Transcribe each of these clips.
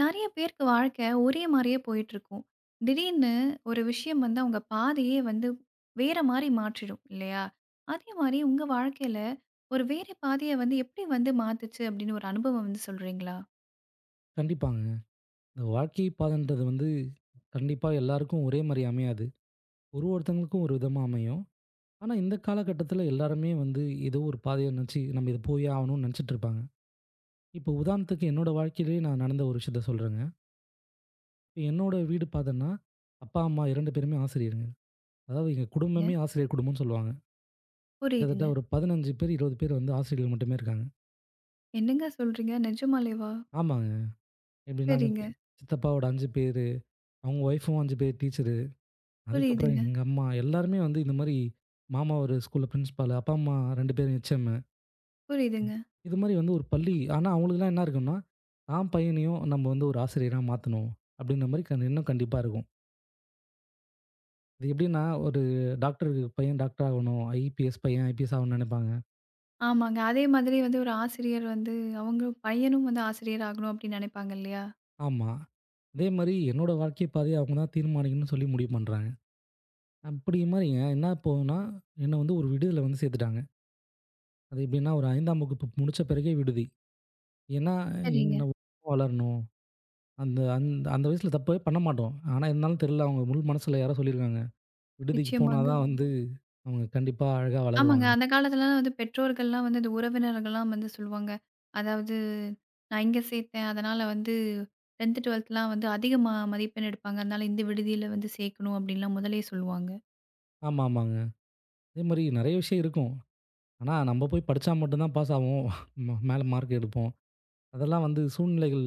நெறைய பேருக்கு வாழ்க்கை ஒரே மாரியே போயிட்டுருக்கும். திடீர்னு ஒரு விஷயம் வந்து அவங்க பாதையே வந்து வேற மாரி மாற்றிடும் இல்லையா? அதே மாரி உங்க வாழ்க்கையில ஒரு வேற பாதைய வந்து எப்படி வந்து மாத்துச்சு அப்படின்னு ஒரு அனுபவம் வந்து சொல்றீங்களா? கண்டிப்பாங்க. இந்த வாழ்க்கை பாதைன்றது வந்து கண்டிப்பா எல்லாருக்கும் ஒரே மாரி அமையாது. ஒரு ஒருத்தவங்களுக்கும் ஒரு விதமா அமையும். ஆனா, இந்த காலகட்டத்தில எல்லாருமே வந்து ஏதோ ஒரு பாதைய நினச்சு நம்ம இது போயே ஆகணும்னு நினச்சிட்டு இருப்பாங்க. இப்போ உதாரணத்துக்கு என்னோட வாழ்க்கையிலேயே நான் நடந்த ஒரு விஷயத்த சொல்றேங்க. இப்ப என்னோட வீடு பார்த்தன்னா, அப்பா, அம்மா 2 பேருமே ஆசிரியருங்க. அதாவது எங்க ங்க, குடும்பமே ஆசிரியர் குடும்பம்னு சொல்லுவாங்க. கிட்டத்தட்ட புரியுதுங்க. ஒரு 15 பேர், 20 பேர் வந்து ஆசிரியர்கள் மட்டுமே இருக்காங்க. என்னங்க சொல்றீங்க? நிஜமாலேவா? ஆமாங்க. எப்டி நாங்க சரிங்க. சித்தப்பாவோட 5 பேரு, அவங்க ஒய்ஃபும் 5 பேர் டீச்சர். அதுக்கப்புறம் புரியுதுங்க, எங்க அம்மா எல்லாருமே வந்து இந்த மாரி, மாமா ஒரு ஸ்கூல்ல பிரின்சிபாலு, அப்பா அம்மா 2 பேரும் ஹெச்எம்மு. புரியுதுங்க. இது மாரி வந்து ஒரு பள்ளி ஆனா அவங்களுக்குலாம் என்ன இருக்கும்னா, தான் பையனையும் நம்ம வந்து ஒரு ஆசிரியரா மாத்தணும். அப்படின்ற மாரி கண் எண்ணம் கண்டிப்பா இருக்கும். அது எப்படின்னா ஒரு டாக்டர் பையன் டாக்டர் ஆகணும். ஐபிஎஸ் பையன் ஐபிஎஸ் ஆகணும்னு நினைப்பாங்க. ஆமாங்க. அதே மாதிரி வந்து ஒரு ஆசிரியர் வந்து அவங்க பையனும் வந்து ஆசிரியர் ஆகணும் அப்படின்னு நெனைப்பாங்க இல்லையா? ஆமா. அதே மாரி என்னோட வாழ்க்கை பாதைய அவங்க தான் தீர்மானிக்கணும்னு சொல்லி முடிவு பண்றாங்க. அப்படி மாரிங்க என்ன போகும்னா, என்ன வந்து ஒரு விடுதியில வந்து சேர்த்துட்டாங்க. அது எப்படின்னா ஒரு 5ஆம் வகுப்பு முடிச்ச பிறகே விடுதி. ஏன்னா சரிங்க. என்ன வளரணும். அந்த அந்த அந்த வயசுல தப்பே பண்ண மாட்டோம். ஆனா, இருந்தாலும் தெரியல அவங்க முழு மனசுல யாரோ சொல்லியிருக்காங்க. விடுதிக்கு போனா நிச்சயமாங்க. தான் வந்து அவங்க கண்டிப்பா அழகா ஆமாங்க. வளருவாங்க. அந்த காலத்துலலாம் வந்து பெற்றோர்கள்லாம் வந்து, இந்த உறவினர்கள்லாம் வந்து சொல்லுவாங்க. அதாவது, "நான் இங்க சேர்த்தேன். அதனால வந்து 10த், 12த்லாம் வந்து அதிகமா மதிப்பெண் எடுப்பாங்க. அதனால இந்த விடுதியில வந்து சேர்க்கணும்." அப்படின்லாம் முதல்லயே சொல்லுவாங்க. ஆமா, ஆமாங்க. அதேமாரி நெறைய விஷயம் இருக்கும். ஆனா, நம்ம போய் படிச்சா மட்டும் தான் பாஸ் ஆவோம். மேல மார்க் எடுப்போம். அதெல்லாம் வந்து சூழ்நிலைகள்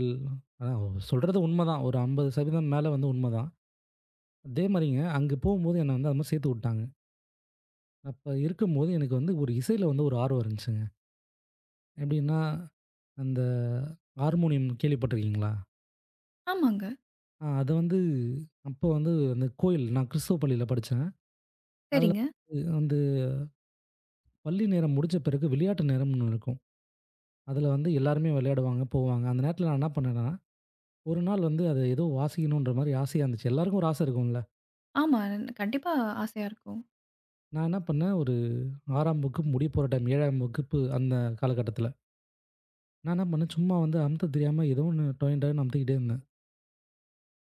அதான் சொல்றது உண்மதான். ஒரு 50% மேல வந்து உண்மதான். அதேமாரிங்க அங்க போகும்போது என்ன வந்து அது மாரி சேர்த்து விட்டாங்க. அப்ப இருக்கும்போது எனக்கு வந்து ஒரு இசையில வந்து ஒரு ஆர்வம் இருந்துச்சுங்க. எப்படின்னா, அந்த ஹார்மோனியம் கேள்விப்பட்டிருக்கீங்களா? ஆமாங்க. அது வந்து அப்போ வந்து அந்த கோயில் நான் கிறிஸ்துவ பள்ளியில படிச்சேன். அதுல சரிங்க. வந்து பள்ளி நேரம் முடிச்ச பிறகு விளையாட்டு நேரம்னு இருக்கும். அதுல வந்து எல்லாருமே விளையாடுவாங்க, போவாங்க. அந்த நேரத்துல நான் என்ன பண்ணேன்னா, ஒரு நாள் வந்து அத ஏதோ வாசிக்கணுன்ற மாரி ஆசையா இருந்துச்சு. எல்லாருக்கும் ஒரு ஆசை இருக்கும்ல. ஆமா. கண்டிப்பா ஆசையா இருக்கும். நான் என்ன பண்ணேன், ஒரு 6ஆம் வகுப்பு முடிய போற டைம் 7ஆம் வகுப்பு அந்த காலகட்டத்துல. நான் என்ன பண்ணேன், சும்மா வந்து அமுத்த தெரியாம ஏதோ ஒண்ணு டொயின் டொயன்னு அமுத்திக்கிட்டே இருந்தேன்.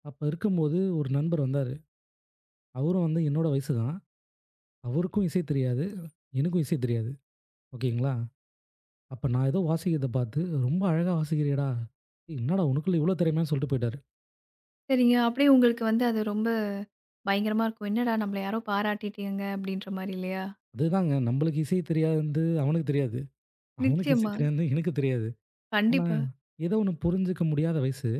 அப்ப இருக்கும்போது ஒரு நண்பர் வந்தாரு. அவரும் வந்து என்னோட வயசு தான். அவருக்கும் இசை தெரியாது. எனக்கும் இசை தெரியாது. ஓகேங்களா? அப்ப நான் ஏதோ வாசிக்கிறத பார்த்து, "ரொம்ப அழகா வாசிக்கிறியேடா! ஏய் என்னடா உனக்குள்ள இவ்ளோ திறமையான்னு" சொல்லிட்டு போயிட்டாரு. சரிங்க. அப்படியே உங்களுக்கு வந்து அது ரொம்ப பயங்கரமா இருக்கும். "என்னடா நம்மள யாரோ பாராட்டிட்டாங்க." அப்படின்ற மாரி இல்லையா? அதுதாங்க நம்மளுக்கு இசை தெரியாதுன்து அவனுக்கு தெரியாது. அவனுக்கு இசை நிச்சயமா. தெரியாதுன்னு எனக்கு தெரியாது. ஆனா, கண்டிப்பா. ஏதோ ஒண்ணு புரிஞ்சுக்க முடியாத வயசு.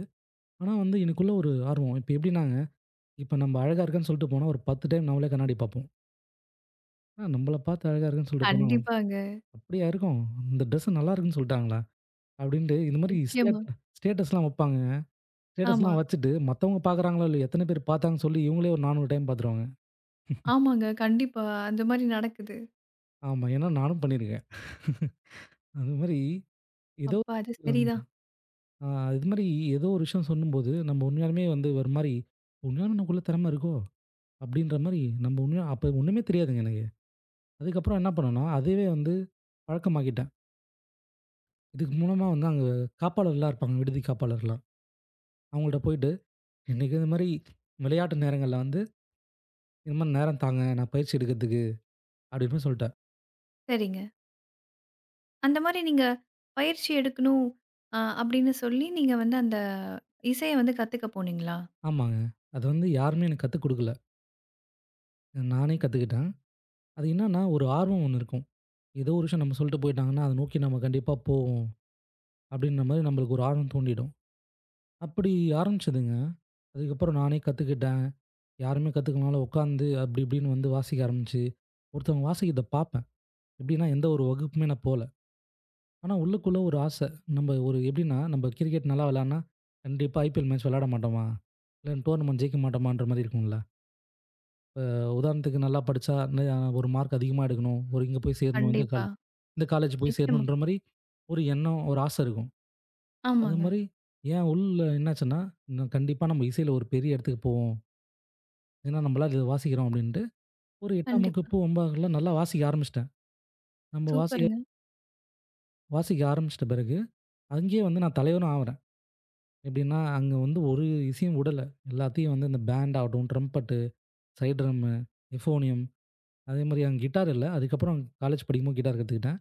ஆனா வந்து எனக்குள்ள ஒரு ஆர்வம். இப்ப எப்படின்னாங்க, இப்ப நம்ம அழகா இருக்கன்னு சொல்லிட்டு போனா ஒரு 10 டைம் நம்மளே கண்ணாடி பார்ப்போம். "அ நம்மள பார்த்து அழகா இருக்குன்னு சொல்லிட்டு போனா, கண்டிப்பாங்க. அப்படியா இருக்கும்? இந்த ட்ரெஸ் நல்லா இருக்குன்னு சொல்லிட்டாங்களா?" அப்படின்ட்டு இந்த மாரி ஸ்டேட் நிச்சயமா. ஸ்டேட்டஸ்லாம் வைப்பாங்கங்க. ஆமா. ஸ்டேட்டஸ்லாம் வச்சுட்டு மத்தவங்க பார்க்குறாங்களோ இல்லையோ, எத்தன பேர் பார்த்தாங்கன்னு சொல்லி இவங்களே ஒரு 400 டைம் பார்த்துருவாங்க. ஆமாங்க. கண்டிப்பா. அந்த மாரி நடக்குது. ஆமா. ஏன்னா நானும் பண்ணியிருக்கேன். அது மாரி ஏதோ அப்பா அது ம். சரிதான். ஆ இது மாரி ஏதோ ஒரு விஷயம் சொல்லும்போது, நம்ம உண்மையாலுமே வந்து ஒரு மாரி, "உண்மையாலுமே நமக்குள்ள திறமை இருக்கோ?" அப்படின்ற மாரி நம்ம உண்மையா அப்ப ஒண்ணுமே தெரியாதுங்க எனக்கு. அதுக்கப்புறம் என்ன பண்ணேன்னா, அதுவே வந்து பழக்கமாக்கிட்டேன். இதுக்கு மூலமா வந்து அங்க காப்பாளர்லாம் இருப்பாங்க, விடுதி காப்பாளர்லாம். அவங்கள்ட்ட போயிட்டு, "இன்னைக்கு இந்த மாரி விளையாட்டு நேரங்கள்ல வந்து, இந்த மாரி நேரம் தாங்க, நான் பயிற்சி எடுக்கிறதுக்கு" அப்படின்னு போய் சொல்லிட்டேன். சரிங்க. அந்த மாரி நீங்க பயிற்சி எடுக்கணும் அப்படின்னு சொல்லி, நீங்க வந்து அந்த இசைய வந்து கத்துக்க போனீங்களா? ஆமாங்க. அது வந்து யாருமே எனக்கு கத்துக் குடுக்கல. நானே கத்துக்கிட்டேன். அது என்னன்னா, ஒரு ஆர்வம் ஒண்ணு இருக்கும். ஏதோ ஒரு விஷயம் நம்ம சொல்லிட்டு போயிட்டாங்கன்னா, அத நோக்கி நம்ம கண்டிப்பா போவோம். அப்படின்ற மாரி நம்மளுக்கு ஒரு ஆர்வம் தூண்டிடும். அப்படி ஆரம்பிச்சதுங்க. அதுக்கப்புறம் நானே கத்துக்கிட்டேன். யாருமே கத்துக்கலனாலும் உட்காந்து அப்படி இப்படின்னு வந்து வாசிக்க ஆரம்பிச்சு, ஒருத்தவங்க வாசிக்கிறத பார்ப்பேன். எப்படின்னா எந்த ஒரு வகுப்புமே நான் போல. ஆனா உள்ளுக்குள்ள ஒரு ஆசை. நம்ம ஒரு எப்படின்னா நம்ம கிரிக்கெட் நல்லா விளையாடுனா, கண்டிப்பா ஐபிஎல் மேட்ச் விளையாட மாட்டோமா? இல்ல டோர்னமெண்ட் ஜெயிக்க மாட்டோமான்ற மாரி இருக்கும்ல. உதாரணத்துக்கு நல்லா படிச்சா ஒரு மார்க் அதிகமா எடுக்கணும். ஒரு இங்க போய் சேரணும். கண்டிப்பா. இந்த காலேஜ் போய் நிச்சயமா. சேரணுன்ற மாரி ஒரு எண்ணம், ஒரு ஆசை இருக்கும். அது ஆமாங்க. மாரி ஏன் உள்ள என்னாச்சுன்னா, நான் கண்டிப்பா நம்ம இசையில ஒரு பெரிய இடத்துக்கு போவோம். ஏன்னா நம்மளாம் இத வாசிக்கிறோம் அப்படின்ட்டு, ஒரு 8ஆம் கண்டிப்பா. வகுப்பு, 9ஆவதுல நல்லா வாசிக்க ஆரம்பிச்சுட்டேன். நம்ம வாசிக்க சூப்பருங்க. வாசிக்க ஆரம்பிச்சிட்ட பிறகு, அங்கேயே வந்து நான் தலைவனும் ஆவுறேன். எப்படின்னா, அங்க வந்து ஒரு இசையும் விடல. எல்லாத்தையும் வந்து இந்த பேண்ட் ஆகட்டும், ட்ரம்பெட்டு, சைடு ட்ரம்மு, எஃபோனியம் அதே மாரி அங்க கிட்டார் இல்ல. அதுக்கப்புறம் காலேஜ் படிக்கும்போது கிட்டார் கத்துக்கிட்டேன்.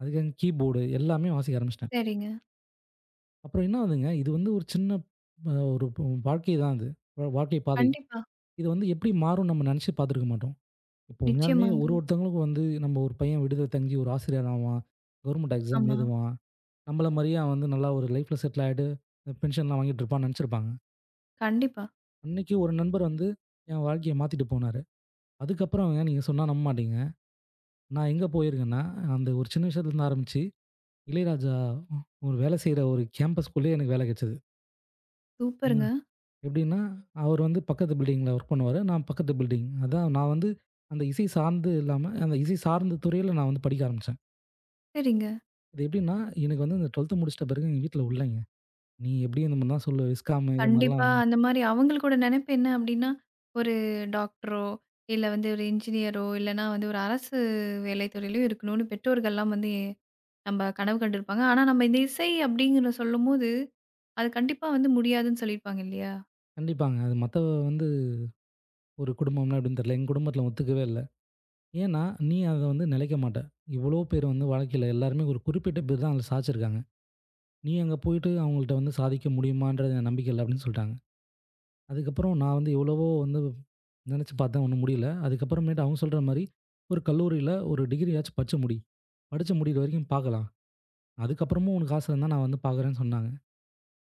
அதுக்கு அங்க கீபோர்டு எல்லாமே வாசிக்க ஆரம்பிச்சுட்டேன். சரிங்க. அப்புறம் என்ன ஆகுதுங்க, இது வந்து ஒரு சின்ன ஒரு வாழ்க்கை தான் அது. வாழ்க்கை பாதை. கண்டிப்பா. இது வந்து எப்படி மாறும்னு நம்ம நெனச்சு பார்த்துருக்க மாட்டோம். இப்போ உண்மையாலுமே நிச்சயமாங்க. ஒரு ஒருத்தவங்களுக்கும் வந்து நம்ம ஒரு பையன் விடுதல தங்கி ஒரு ஆசிரியர் ஆவான். கவர்மெண்ட் எக்ஸாம் ஆமா. எழுதுவான். நம்மள மாரியே அவன் வந்து நல்லா ஒரு லைஃப்ல செட்டில் ஆயிட்டு, பென்ஷன்லாம் வாங்கிட்டு இருப்பான்னு நெனச்சிருப்பாங்க. கண்டிப்பா. அன்னைக்கு ஒரு நண்பர் வந்து என் வாழ்க்கைய மாத்திட்டு போனாரு. அதுக்கப்புறம் நீங்க சொன்னா நம்ப மாட்டீங்க. நான் எங்க போயிருக்கேன்னா, அந்த ஒரு சின்ன விஷயத்துலருந்து ஆரம்பிச்சு, இளையராஜா ஒரு வேலை செய்ற ஒரு கேம்பஸ்க்குள்ளேயே எனக்கு வேலை கெடச்சது. சூப்பருங்க. எப்படின்னா, அவர் வந்து பக்கத்து பில்டிங்ல ஒர்க் பண்ணுவாரு. நான் பக்கத்து பில்டிங். அதான் நான் வந்து அந்த இசை சார்ந்து இல்லாம, அந்த இசை சார்ந்த துறையில நான் வந்து படிக்க ஆரம்பிச்சேன். சரிங்க. இது எப்படின்னா, எனக்கு வந்து இந்த 12த் முடிச்சிட்ட பிறகு எங்க வீட்ல உடலைங்க. "நீ எப்படியும் இந்த மாரிலாம் சொல்லுவ, விஸ்காம் இது கண்டிப்பா மாரிலாம்" அந்த மாரி அவங்களோட நெனைப்பு என்ன அப்படின்னா, ஒரு டாக்டரோ, இல்ல வந்து ஒரு இன்ஜினியரோ, இல்லன்னா வந்து ஒரு அரசு வேலை துறையிலோ இருக்கணும்னு பெற்றோர்கள்லாம் வந்து நம்ம கனவு கண்டிருப்பாங்க. ஆனா நம்ம இந்த இசை அப்படிங்கிற சொல்லும்போது அது கண்டிப்பா வந்து முடியாதுன்னு சொல்லியிருப்பாங்க இல்லையா? கண்டிப்பாங்க. அது மத்த வந்து ஒரு குடும்பம்னா எப்படின்னு தெரியல. எங்க குடும்பத்தில ஒத்துக்கவே இல்ல. ஏன்னா, "நீ அத வந்து நிலைக்க மாட்ட. இவ்வளோ பேர் வந்து வாழ்க்கையில எல்லாருமே ஒரு குறிப்பிட்ட பேர் தான் அதில சாதிச்சிருக்காங்க. நீ அங்க போயிட்டு அவங்கள்ட்ட வந்து சாதிக்க முடியுமான்றது எனக்கு நம்பிக்கை இல்ல" அப்படின்னு சொல்ட்டாங்க. அதுக்கப்புறம் நான் வந்து எவ்வளவோ வந்து நினச்சு பார்த்தேன் ஒன்றும் முடியல. அதுக்கப்புறமேட்டு அவங்க சொல்ற மாரி, ஒரு கல்லூரியில ஒரு டிகிரியாச்சும் படிச்சு முடி. படிச்சு முடியிற வரைக்கும் பார்க்கலாம். அதுக்கப்புறமும் உனக்கு ஆசை இருந்தா நான் வந்து பார்க்குறேன்னு சொன்னாங்க.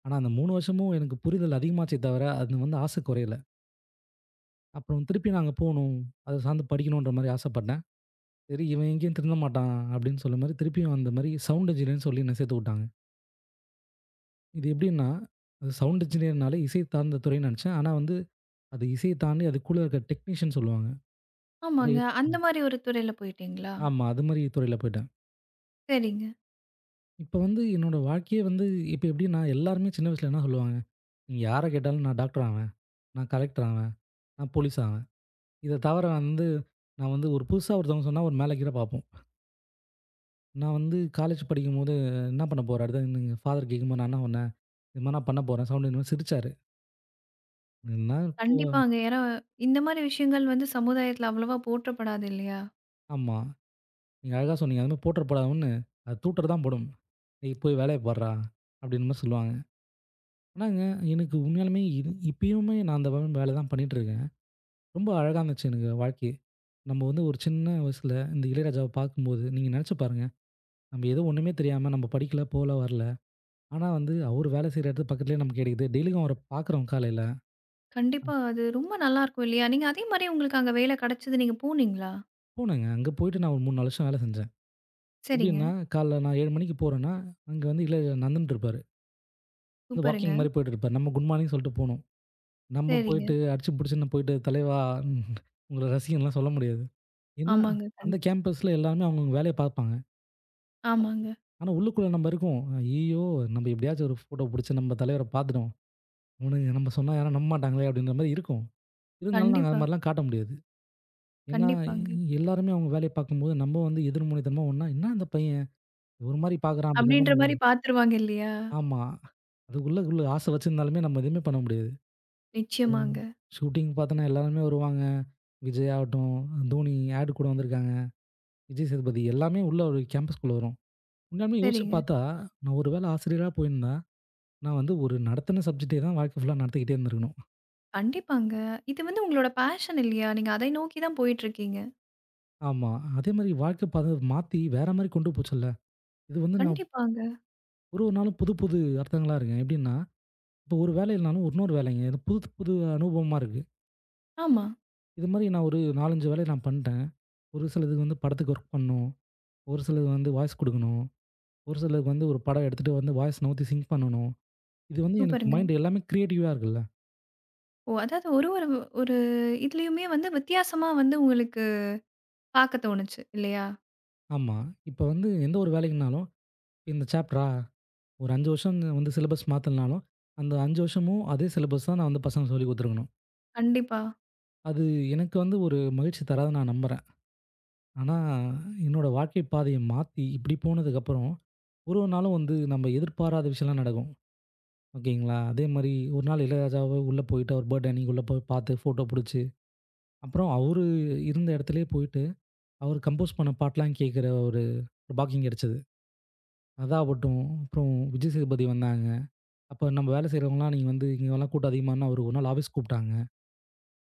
ஆனா அந்த 3 வருஷமும் எனக்கு புரிதல் அதிகமாச்சே தவிர, அது வந்து ஆசை குறையல. அப்புறம் திருப்பி நான் அங்க போணும். அதை சார்ந்து படிக்கணுன்ற மாரி ஆசைப்பட்டேன். சரி இவன் எங்கேயும் திருந்த மாட்டான் அப்படின்னு சொல்ல மாரி திருப்பியும் அந்த மாரி சவுண்ட் இன்ஜினியர்ன்னு சொல்லி என்னை சேர்த்து விட்டாங்க. இது எப்படின்னா, அது சவுண்ட் இன்ஜினியர்னாலே இசை சார்ந்த துறைன்னு நினச்சேன். ஆனா வந்து அது இசையை தாண்டி அதுக்குள்ள இருக்க டெக்னீஷியன் சொல்லுவாங்க. நிறைய. ஆமாங்க. அந்த மாரி ஒரு துறையில போயிட்டீங்களா? ஆமா. அது மாரி துறையில போயிட்டேன். சரிங்க. இப்ப வந்து என்னோட வாழ்க்கையே வந்து இப்ப எப்படின்னா, எல்லாருமே சின்ன வயசுல என்ன சொல்லுவாங்க, நீங்க யார கேட்டாலும் நான் டாக்டர் ஆவேன், நான் கலெக்டர் ஆவேன், நான் போலீஸ் ஆவேன். இத தவிர வந்து நான் வந்து ஒரு புதுசா ஒருத்தவங்க சொன்னா ஒரு மேல கீழ பார்ப்போம். நான் வந்து காலேஜ் படிக்கும்போது என்ன பண்ண போற? அடுத்து எங்க ஃபாதர் கேட்கும்போது நான் என்ன பண்ணேன்? இது மாரி நான் பண்ண போறேன். சவுண்ட் இந்த மாரி சிரிச்சாரு. என்ன போ கண்டிப்பாங்க. ஏன்னா இந்த மாரி விஷயங்கள் வந்து சமுதாயத்துல அவ்வளவா போற்றப்படாது இல்லையா? ஆமா. நீங்க அழகா சொன்னீங்க. அது மாரி போட்டுற போடாதுன்னு அது தூட்டர் தான் போடும். "ஏய் போய் வேலைய பார்றா" அப்படின்ற மாரி சொல்லுவாங்க. ஆனாங்க, எனக்கு உண்மையாலுமே இது இப்பயுமே நான் அந்த வேலை தான் பண்ணிட்டுருக்கேன். ரொம்ப அழகா இருந்துச்சு எனக்கு வாழ்க்கையே. நம்ம வந்து ஒரு சின்ன வயசுல இந்த இளையராஜாவ பார்க்கும்போது, நீங்க நினைச்சு பாருங்க. நம்ம ஏதோ ஒண்ணுமே தெரியாம நம்ம படிக்கல, போல, வரல. ஆனா வந்து அவரு வேலை செய்ற இடத்து பக்கத்துலயே நமக்கு கிடைக்குது. டெய்லிக்கும் அவர பார்க்குறோம் காலையில. கண்டிப்பா அது ரொம்ப நல்லாருக்கும் இல்லையா? நீங்க அதே மாரி உங்களுக்கு அங்க வேலை கிடைச்சது நீங்க போனீங்களா? போனேங்க. அங்க போயிட்டு நான் ஒரு 3, 4 வருஷம் வேலை செஞ்சேன். சரிங்க. எப்படின்னா, காலைல நான் 7 மணிக்கு போறேன்னா, அங்க வந்து இளையராஜா நடந்துட்டு இருப்பாரு. வந்து வாக்கிங் சூப்பருங்க. மாரி போயிட்டு இருப்பாரு. நம்ம குட் மார்னிங் சொல்லிட்டு போணும். நம்ம சரிங்க. போயிட்டு அடிச்சு புடிச்சுன்னு போயிட்டு, தலைவா உங்கள ரசிகன்லாம் சொல்ல முடியாது. ஏன்னா, ஆமாங்க. கண் அந்த கேம்பஸ்ல எல்லாருமே அவங்கவங்க வேலைய பார்ப்பாங்க. ஆமாங்க. ஆனா, உள்ளுக்குள்ள நம்ம இருக்கோம். ஐய்யயோ! நம்ம எப்படியாச்சும் ஒரு ஃபோட்டோ புடிச்சு நம்ம தலைவர பார்த்துட்டோம். இவனுங்க நம்ம சொன்னா யாரும் நம்ப மாட்டாங்களே! அப்படின்ற மாரி இருக்கும். இருந்தாலும் நாங்க அது கண்டிப்பா, மாரிலாம் காட்ட முடியாது. ஏன்னா, கண்டிப்பாங்க. எல்லாருமே அவங்க வேலைய பார்க்கும்போது, நம்ம வந்து எதிர்முனைத்தனமா ஒண்ணா, "என்ன இந்த பையன்? ஒரு மாரி பார்க்குறான்." அப்படின்ற மாரி அப்படின்ற நம்மள மாரி பார்த்துருவாங்க இல்லையா? ஆமா. அது உள்ளுக்குள்ள ஆசை வச்சிருந்தாலுமே நம்ம எதுவுமே பண்ண முடியாது. அது நிச்சயமாங்க. ஷூட்டிங் பார்த்தோன்னா எல்லாருமே வருவாங்க. விஜய் ஆகட்டும், தோனி ஆட் கூட வந்திருக்காங்க. விஜய் சேதுபதி எல்லாமே உள்ள ஒரு கேம்பஸ்குள்ள வரும். உண்மையாலுமே யோசிச்சு சரிங்க. பார்த்தா, நான் ஒரு வேளை ஆசிரியரா போயிருந்தா, நான் வந்து ஒரு நடத்தின சப்ஜெக்ட்டே தான் வாழ்க்கை ஃபுல்லா நடத்திக்கிட்டே இருந்திருக்கணும். கண்டிப்பாங்க. இது வந்து உங்களோட பேஷன் இல்லையா? நீங்க அதை நோக்கி தான் போயிட்டுருக்கீங்க. ஆமா. அதேமாரி வாழ்க்கை பாதை மாத்தி வேற மாரி கொண்டு போச்சுல்ல. இது வந்து நான் கண்டிப்பாங்க. ஒரு ஒரு நாளும் புது புது அர்த்தங்களா இருக்கேன். எப்படின்னா, இப்போ ஒரு வேலை இல்லனாலும் இன்னொரு வேலைங்க. இது புது புது அனுபவமா இருக்கு. ஆமா. இது மாரி நான் ஒரு 4, 5 வேலைய நான் பண்ட்டேன். ஒரு சிலதுக்கு வந்து படத்துக்கு ஒர்க் பண்ணணும். ஒரு சிலது வந்து வாய்ஸ் குடுக்கணும். ஒரு சிலருக்கு வந்து ஒரு படம் எடுத்துட்டு வந்து வாய்ஸ் நவுத்தி சிங்க் பண்ணணும். இது வந்து எனக்கு சூப்பருங்க. மைண்ட் எல்லாமே கிரியேட்டிவா இருக்குல்ல. ஓ! அதாவது ஒரு ஒரு ஒரு இதுலயுமே வந்து வித்தியாசமா வந்து உங்களுக்கு பார்க்க தோணுச்சு இல்லையா? ஆமா. இப்ப வந்து எந்த ஒரு வேலைக்குனாலும், இந்த சாப்டரா? ஒரு 5 வருஷம் இந்த வந்து சிலபஸ் மாத்தலனாலும், அந்த 5 வருஷமும் அதே சிலபஸ் தான் நான் வந்து பசங்களுக்கு சொல்லிக் குடுத்துருக்கணும். கண்டிப்பா. அது எனக்கு வந்து ஒரு மகிழ்ச்சி தராதுன்னு நான் நம்புறேன். ஆனா, என்னோட வாழ்க்கை பாதைய மாத்தி இப்படி போனதுக்கப்புறம், ஒரு ஒரு நாளும் வந்து நம்ம எதிர்பாராத விஷயம்லாம் நடக்கும். ஓகேங்களா? அதே மாரி ஒரு நாள் இளையராஜாவ உள்ள போயிட்டு அவர் பர்த்டே அன்னைக்கு உள்ள போய் பார்த்து ஃபோட்டோ புடிச்சு, அப்புறம் அவரு இருந்த இடத்துலயே போயிட்டு, அவர் கம்போஸ் பண்ண பாட்டெல்லாம் கேட்கிற ஒரு பாக்கியம் கிடைச்சது. அதாகட்டும், அப்புறம் விஜய் சேதுபதி வந்தாங்க. அப்ப நம்ம வேலை செய்றவங்கலாம், "நீங்க வந்து இங்கலாம் கூட்டம் அதிகமானா" அவரு ஒரு நாள் ஆஃபீஸ் கூப்பிட்டாங்க.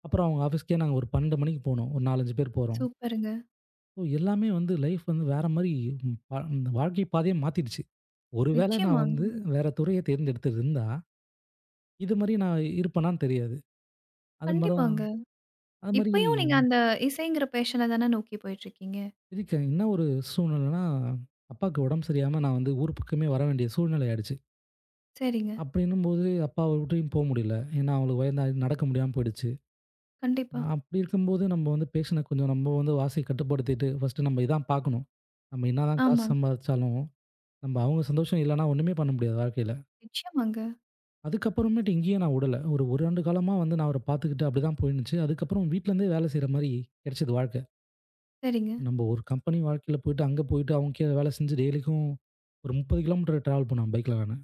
அப்புறம் அவங்க ஆஃபீஸ்க்கே நாங்க ஒரு 12 மணிக்கு போனோம். ஒரு 4, 5 பேர் போறோம். சூப்பருங்க. ஸோ எல்லாமே வந்து லைஃப் வந்து வேற மாரி ம் ப வாழ்க்கை பாதையே மாத்திடுச்சு. ஒரு வேளை நான் நிச்சயமாங்க. வந்து வேற துறைய தேர்ந்தெடுத்திருந்தா, இது மாரி நான் இருப்பேனான்னு தெரியாது. அது மாரி தான். கண்டிப்பாங்க. அது மாரி இப்பயும் நீங்க அந்த இசைங்கிற பேஷன தானே நோக்கி போயிட்டுருக்கீங்க. இதுக்கு என்ன ஒரு சூழ்நிலைன்னா, அப்பாவுக்கு உடம்பு சரியில்லாம நான் வந்து ஊர் பக்கமே வர வேண்டிய சூழ்நிலை ஆயிடுச்சு. சரிங்க. அப்படின்னும்போது அப்பாவ விட்டுயும் போ முடியல. ஏன்னா அவங்களுக்கு வயதாகி நடக்க முடியாம போயிடுச்சு. கண்டிப்பா. அப்படி இருக்கும்போது நம்ம வந்து பேஷண்ட்ட கொஞ்சம் நம்ம வந்து ஆசைய கட்டுப்படுத்திட்டு, ஃபர்ஸ்ட்டு நம்ம இதான் பார்க்கணும். நம்ம என்னதான் காசு ஆமாங்க. சம்பாதிச்சாலும் நம்ம அவங்க சந்தோஷம் இல்லைன்னா ஒண்ணுமே பண்ண முடியாது வாழ்க்கையில. நிச்சயமாங்க. அதுக்கப்புறமேட்டு இங்கேயும் நான் உடல. ஒரு 1, 2 காலமா வந்து நான் அவர பார்த்துக்கிட்டு அப்படிதான் போயிருந்துச்சு. அதுக்கப்புறம் வீட்லருந்தே வேலை செய்ற மாரி கிடைச்சது வாழ்க்கை. சரிங்க. நம்ம ஒரு கம்பெனி வாழ்க்கையில போயிட்டு, அங்க போயிட்டு அவங்க கீழ வேலை செஞ்சு டெய்லிக்கும் ஒரு 30 கிலோமீட்டர் டிராவல் பண்ணுவேன் பைக்ல நானு.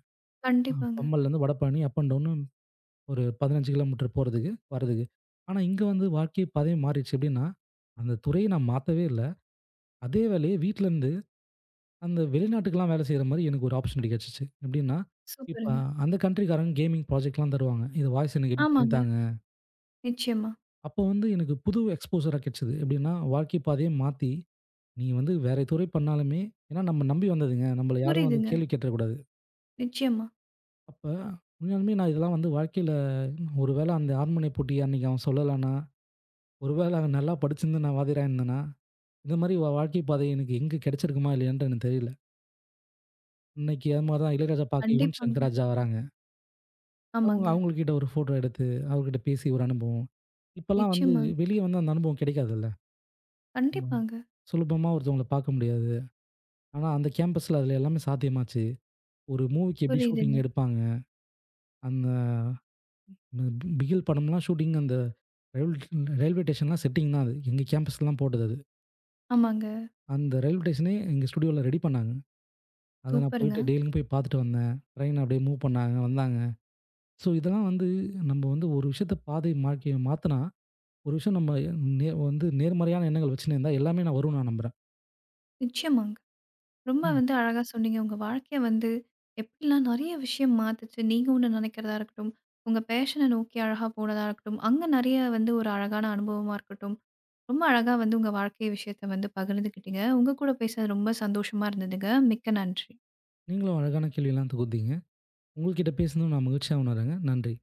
அ கண்டிப்பாங்க. பம்மல்லேருந்து வடபழனி அப் அண்ட் டவுன் ஒரு 15 கிலோமீட்டர் போறதுக்கு, வரதுக்கு. ஆனா இங்க வந்து வாழ்க்கை பாதையே மாறிடுச்சு. எப்படின்னா, அந்த துறையை நான் மாத்தவே இல்ல. அதே வேலைய வீட்லருந்து அந்த வெளிநாட்டுக்கெல்லாம் வேலை செய்ற மாரி எனக்கு ஒரு ஆப்பர்ச்சுனிட்டி கெடச்சுச்சு. எப்டின்னா, இப்ப சூப்பருங்க. அந்த கண்ட்ரிக்காரங்க கேமிங் ப்ராஜெக்ட்லாம் தருவாங்க. இது வாய்ஸ் எனக்கு எடிட் பண்ணி ஆமாங்க. தாங்க. நிச்சயமா. அப்போ வந்து எனக்கு புது எக்ஸ்போஷரா கெடச்சது. எப்டின்னா, வாழ்க்கை பாதைய மாத்தி, நீ வந்து வேற துறை பண்ணாலுமே ஏன்னா நம்ம நம்பி வந்ததுங்க. நம்மள யாரும் வந்து புரியுதுங்க. கேள்வி கேட்டுறக்கூடாது. நிச்சயமா. அப்ப உண்மையாலுமே நான் இதெல்லாம் வந்து வாழ்க்கையில ஒரு வேள அந்த அரண்மனை போட்டி அன்னைக்கு அவன் சொல்லலன்னா, ஒரு வேள அவன் நல்லா படிச்சிருந்து நான் வாத்தியாரா இருந்தேன்னா, இந்த மாரி வாழ்க்கை பாதை எனக்கு எங்க கெடச்சிருக்குமா இல்லையான்ட்டு எனக்கு தெரியல. இன்னைக்கு அது மாரி தான் இளையராஜா பாக்க யுவன் கண்டிப்பாங்க. சங்கர் ராஜா வராங்க. அவங்க ஆமாங்க. அவங்ககிட்ட ஒரு ஃபோட்டோ எடுத்து, அவர்கிட்ட பேசி ஒரு அனுபவம். இப்பலாம் வந்து நிச்சயமாங்க. வெளிய வந்து அந்த அனுபவம் கிடைக்காதுல்ல. நம்ம கண்டிப்பாங்க. சுலபமா ஒருத்தவங்கள பாக்க முடியாது. ஆனா அந்த கேம்பஸ்ல அதுல எல்லாமே சாத்தியமாச்சு. ஒரு மூவிக்கு எப்படி ஷூட்டிங் புரியுதுங்க. எடுப்பாங்க. அந்த பி பிகில் படம்லாம் ஷூட்டிங் அந்த ரயில் ரயில்வே ஸ்டேஷன்லாம் செட்டிங் தான் அது. எங்க கேம்பஸ்லலாம் போட்டது அது. ஆமாங்க. அந்த ரயில்வே ஸ்டேஷனே எங்க ஸ்டுடியோல ரெடி பண்ணாங்க. அத நான் சூப்பருங்க. போயிட்டு டெய்லியும் போய் பாத்துட்டு வந்தேன். ட்ரெயின் அப்படியே மூவ் பண்ணாங்க, வந்தாங்க. ஸோ இதெல்லாம் வந்து நம்ம வந்து ஒரு விஷயத்த பாதை மாற்றி மாத்துனா ஒரு விஷயம் நம்ம வந்து நேர்மறையான எண்ணங்கள் வச்சுன்னு இருந்தா, எல்லாமே நான் வரும்னு நான் நம்புறேன். நிச்சயமாங்க. ரொம்ப ம். வந்து அழகா சொன்னீங்க. உங்க வாழ்க்கைய வந்து எப்படிலாம் நெறைய விஷயம் மாத்துச்சு. நீங்க ஒண்ணு நெனைக்கிறதா இருக்கட்டும், உங்க பேஷன நோக்கி அழகா போனதா இருக்கட்டும், அங்க நெறைய வந்து ஒரு அழகான அனுபவமா இருக்கட்டும். ரொம்ப அழகா வந்து உங்க வாழ்க்கை விஷயத்த வந்து பகிர்ந்துக்கிட்டீங்க. உங்க கூட பேசுனது ரொம்ப சந்தோஷமா இருந்ததுங்க. மிக்க நன்றி. நீங்களும் அழகான கேள்விலாம் தொகுத்தீங்க. உங்கள்கிட்ட பேசினது நான் மகிழ்ச்சியா உணர்றேங்க. நன்றி.